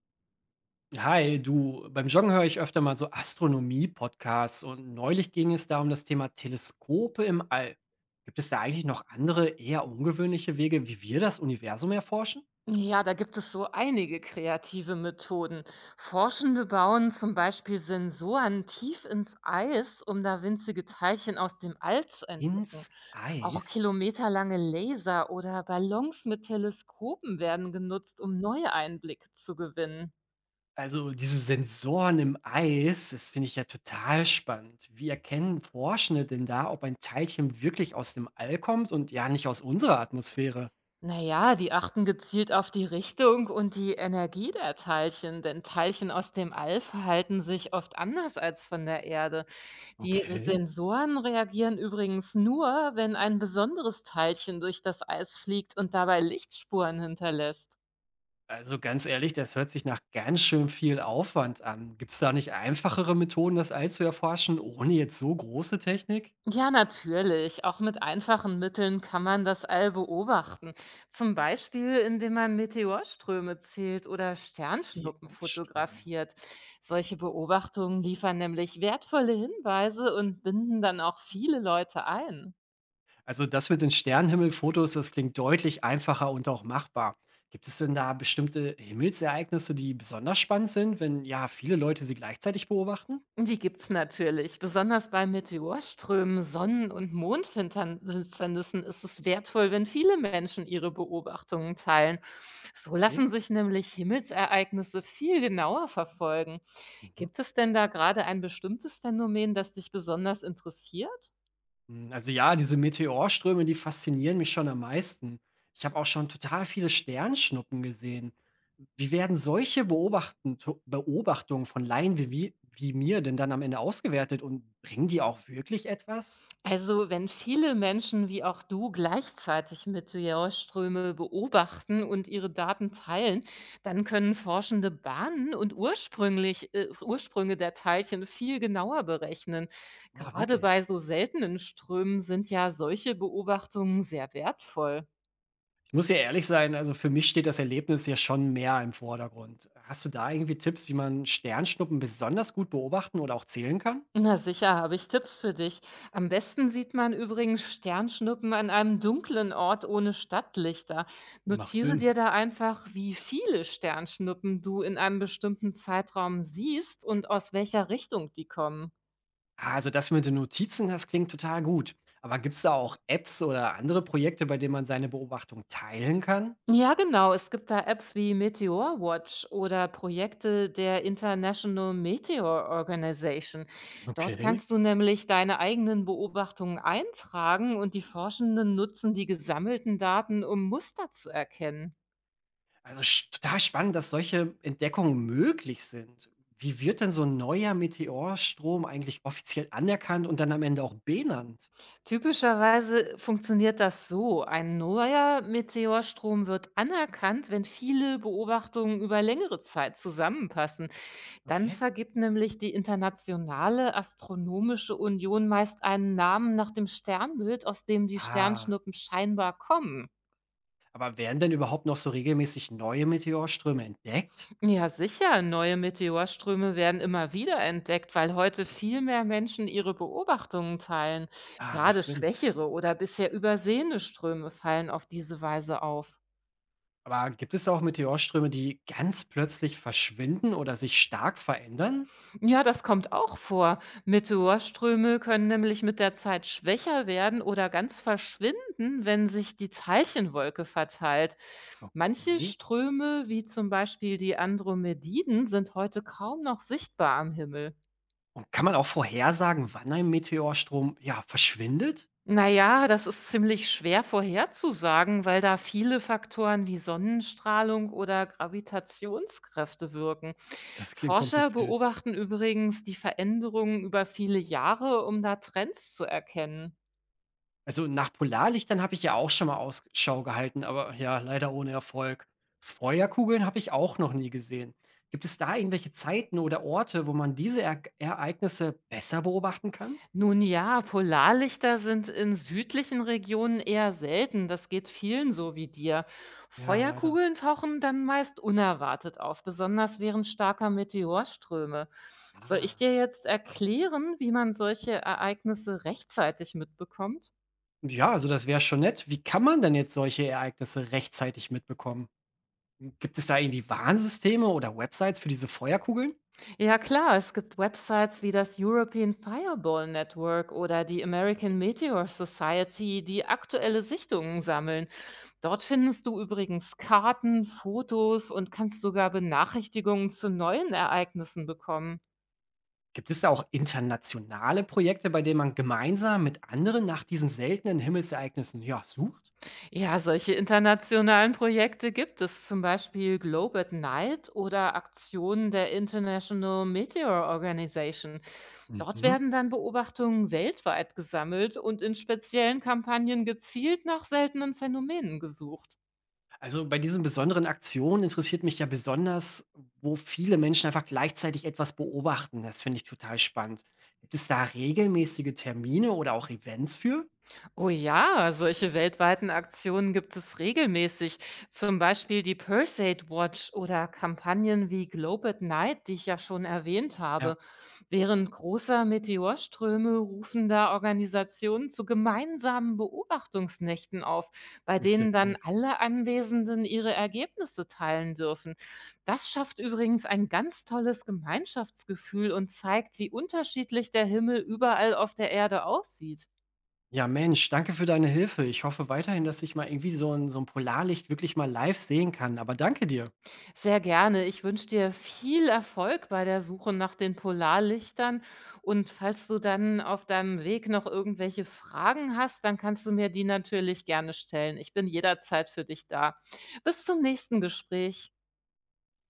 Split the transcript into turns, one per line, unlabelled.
Hi, du, beim Joggen höre ich öfter mal so Astronomie-Podcasts und neulich ging es da um das Thema Teleskope im All. Gibt es da eigentlich noch andere, eher ungewöhnliche Wege, wie wir das Universum erforschen?
Ja, da gibt es so einige kreative Methoden. Forschende bauen zum Beispiel Sensoren tief ins Eis, um da winzige Teilchen aus dem All zu entdecken.
Ins
Auch
Eis?
kilometerlange Laser oder Ballons mit Teleskopen werden genutzt, um neue Einblicke zu gewinnen.
Also diese Sensoren im Eis, das finde ich ja total spannend. Wie erkennen Forschende denn da, ob ein Teilchen wirklich aus dem All kommt und ja nicht aus unserer Atmosphäre?
Naja, die achten gezielt auf die Richtung und die Energie der Teilchen, denn Teilchen aus dem All verhalten sich oft anders als von der Erde. Die Re
Okay.
Sensoren reagieren übrigens nur, wenn ein besonderes Teilchen durch das Eis fliegt und dabei Lichtspuren hinterlässt.
Also ganz ehrlich, das hört sich nach ganz schön viel Aufwand an. Gibt es da nicht einfachere Methoden, das All zu erforschen, ohne jetzt so große Technik?
Ja, natürlich. Auch mit einfachen Mitteln kann man das All beobachten. Zum Beispiel, indem man Meteorströme zählt oder Sternschnuppen
Meteorströme.
fotografiert. Solche Beobachtungen liefern nämlich wertvolle Hinweise und binden dann auch viele Leute ein.
Also das mit den Sternenhimmelfotos, das klingt deutlich einfacher und auch machbar. Gibt es denn da bestimmte Himmelsereignisse, die besonders spannend sind, wenn ja viele Leute sie gleichzeitig beobachten?
Die gibt's natürlich. Besonders bei Meteorströmen, Sonnen- und Mondfinsternissen ist es wertvoll, wenn viele Menschen ihre Beobachtungen teilen. So
Okay.
lassen sich nämlich Himmelsereignisse viel genauer verfolgen.
Mhm.
Gibt es denn da gerade ein bestimmtes Phänomen, das dich besonders interessiert?
Hm, also ja, diese Meteorströme, die faszinieren mich schon am meisten. Ich habe auch schon total viele Sternschnuppen gesehen. Wie werden solche Beobachten Beobachtungen von Laien wie mir denn dann am Ende ausgewertet und bringen die auch wirklich etwas?
Also, wenn viele Menschen wie auch du gleichzeitig Meteorströme beobachten und ihre Daten teilen, dann können Forschende Bahnen und Ursprünge der Teilchen viel genauer berechnen.
Ah,
Gerade
wirklich.
bei so seltenen Strömen sind ja solche Beobachtungen sehr wertvoll.
Ich muss ja ehrlich sein, also für mich steht das Erlebnis ja schon mehr im Vordergrund. Hast du da irgendwie Tipps, wie man Sternschnuppen besonders gut beobachten oder auch zählen kann?
Na sicher, habe ich Tipps für dich. Am besten sieht man übrigens Sternschnuppen an einem dunklen Ort ohne Stadtlichter.
Macht
Notiere
Sinn.
dir da einfach, wie viele Sternschnuppen du in einem bestimmten Zeitraum siehst und aus welcher Richtung die kommen.
Ah, also das mit den Notizen, das klingt total gut. Aber gibt es da auch Apps oder andere Projekte, bei denen man seine Beobachtung teilen kann?
Ja, genau. Es gibt da Apps wie Meteor Watch oder Projekte der International Meteor Organization. Dort
Okay.
kannst du nämlich deine eigenen Beobachtungen eintragen und die Forschenden nutzen die gesammelten Daten, um Muster zu erkennen.
Also total spannend, dass solche Entdeckungen möglich sind. Wie wird denn so ein neuer Meteorstrom eigentlich offiziell anerkannt und dann am Ende auch benannt?
Typischerweise funktioniert das so. Ein neuer Meteorstrom wird anerkannt, wenn viele Beobachtungen über längere Zeit zusammenpassen. Dann
Okay.
vergibt nämlich die Internationale Astronomische Union meist einen Namen nach dem Sternbild, aus dem die
Ah,
Sternschnuppen scheinbar kommen.
aber werden denn überhaupt noch so regelmäßig neue Meteorströme entdeckt?
Ja, sicher, neue Meteorströme werden immer wieder entdeckt, weil heute viel mehr Menschen ihre Beobachtungen teilen.
Ah,
Gerade
macht Sinn.
schwächere oder bisher übersehene Ströme fallen auf diese Weise auf.
Aber gibt es auch Meteorströme, die ganz plötzlich verschwinden oder sich stark verändern?
Ja, das kommt auch vor. Meteorströme können nämlich mit der Zeit schwächer werden oder ganz verschwinden, wenn sich die Teilchenwolke verteilt. Manche
Okay.
Ströme, wie zum Beispiel die Andromediden, sind heute kaum noch sichtbar am Himmel.
Und kann man auch vorhersagen, wann ein Meteorstrom, ja, verschwindet?
Na ja, das ist ziemlich schwer vorherzusagen, weil da viele Faktoren wie Sonnenstrahlung oder Gravitationskräfte wirken.
Das klingt
Forscher
kompliziert.
beobachten übrigens die Veränderungen über viele Jahre, um da Trends zu erkennen.
Also nach Polarlichtern habe ich ja auch schon mal Ausschau gehalten, aber ja, leider ohne Erfolg. Feuerkugeln habe ich auch noch nie gesehen. Gibt es da irgendwelche Zeiten oder Orte, wo man diese er Ereignisse besser beobachten kann?
Nun ja, Polarlichter sind in südlichen Regionen eher selten. Das geht vielen so wie dir.
Ja, leider.
Feuerkugeln tauchen dann meist unerwartet auf, besonders während starker Meteorströme. Soll ich
Ah.
dir jetzt erklären, wie man solche Ereignisse rechtzeitig mitbekommt?
Ja, also das wäre schon nett. Wie kann man denn jetzt solche Ereignisse rechtzeitig mitbekommen? Gibt es da irgendwie Warnsysteme oder Websites für diese Feuerkugeln?
Ja klar, es gibt Websites wie das European Fireball Network oder die American Meteor Society, die aktuelle Sichtungen sammeln. Dort findest du übrigens Karten, Fotos und kannst sogar Benachrichtigungen zu neuen Ereignissen bekommen.
Gibt es da auch internationale Projekte, bei denen man gemeinsam mit anderen nach diesen seltenen Himmelsereignissen, ja, sucht?
Ja, solche internationalen Projekte gibt es, zum Beispiel Globe at Night oder Aktionen der International Meteor Organization. Dort
Mhm.
werden dann Beobachtungen weltweit gesammelt und in speziellen Kampagnen gezielt nach seltenen Phänomenen gesucht.
Also bei diesen besonderen Aktionen interessiert mich ja besonders, wo viele Menschen einfach gleichzeitig etwas beobachten. Das finde ich total spannend. Gibt es da regelmäßige Termine oder auch Events für?
Oh ja, solche weltweiten Aktionen gibt es regelmäßig. Zum Beispiel die Perseid Watch oder Kampagnen wie Globe at Night, die ich ja schon erwähnt
Ja,
habe. Während großer Meteorströme rufen da Organisationen zu gemeinsamen Beobachtungsnächten auf, bei
ist ja
denen
cool.
dann alle Anwesenden ihre Ergebnisse teilen dürfen. Das schafft übrigens ein ganz tolles Gemeinschaftsgefühl und zeigt, wie unterschiedlich der Himmel überall auf der Erde aussieht.
Ja, Mensch, danke für deine Hilfe. Ich hoffe weiterhin, dass ich mal irgendwie so ein Polarlicht wirklich mal live sehen kann. Aber danke dir.
Sehr gerne. Ich wünsche dir viel Erfolg bei der Suche nach den Polarlichtern. Und falls du dann auf deinem Weg noch irgendwelche Fragen hast, dann kannst du mir die natürlich gerne stellen. Ich bin jederzeit für dich da. Bis zum nächsten Gespräch.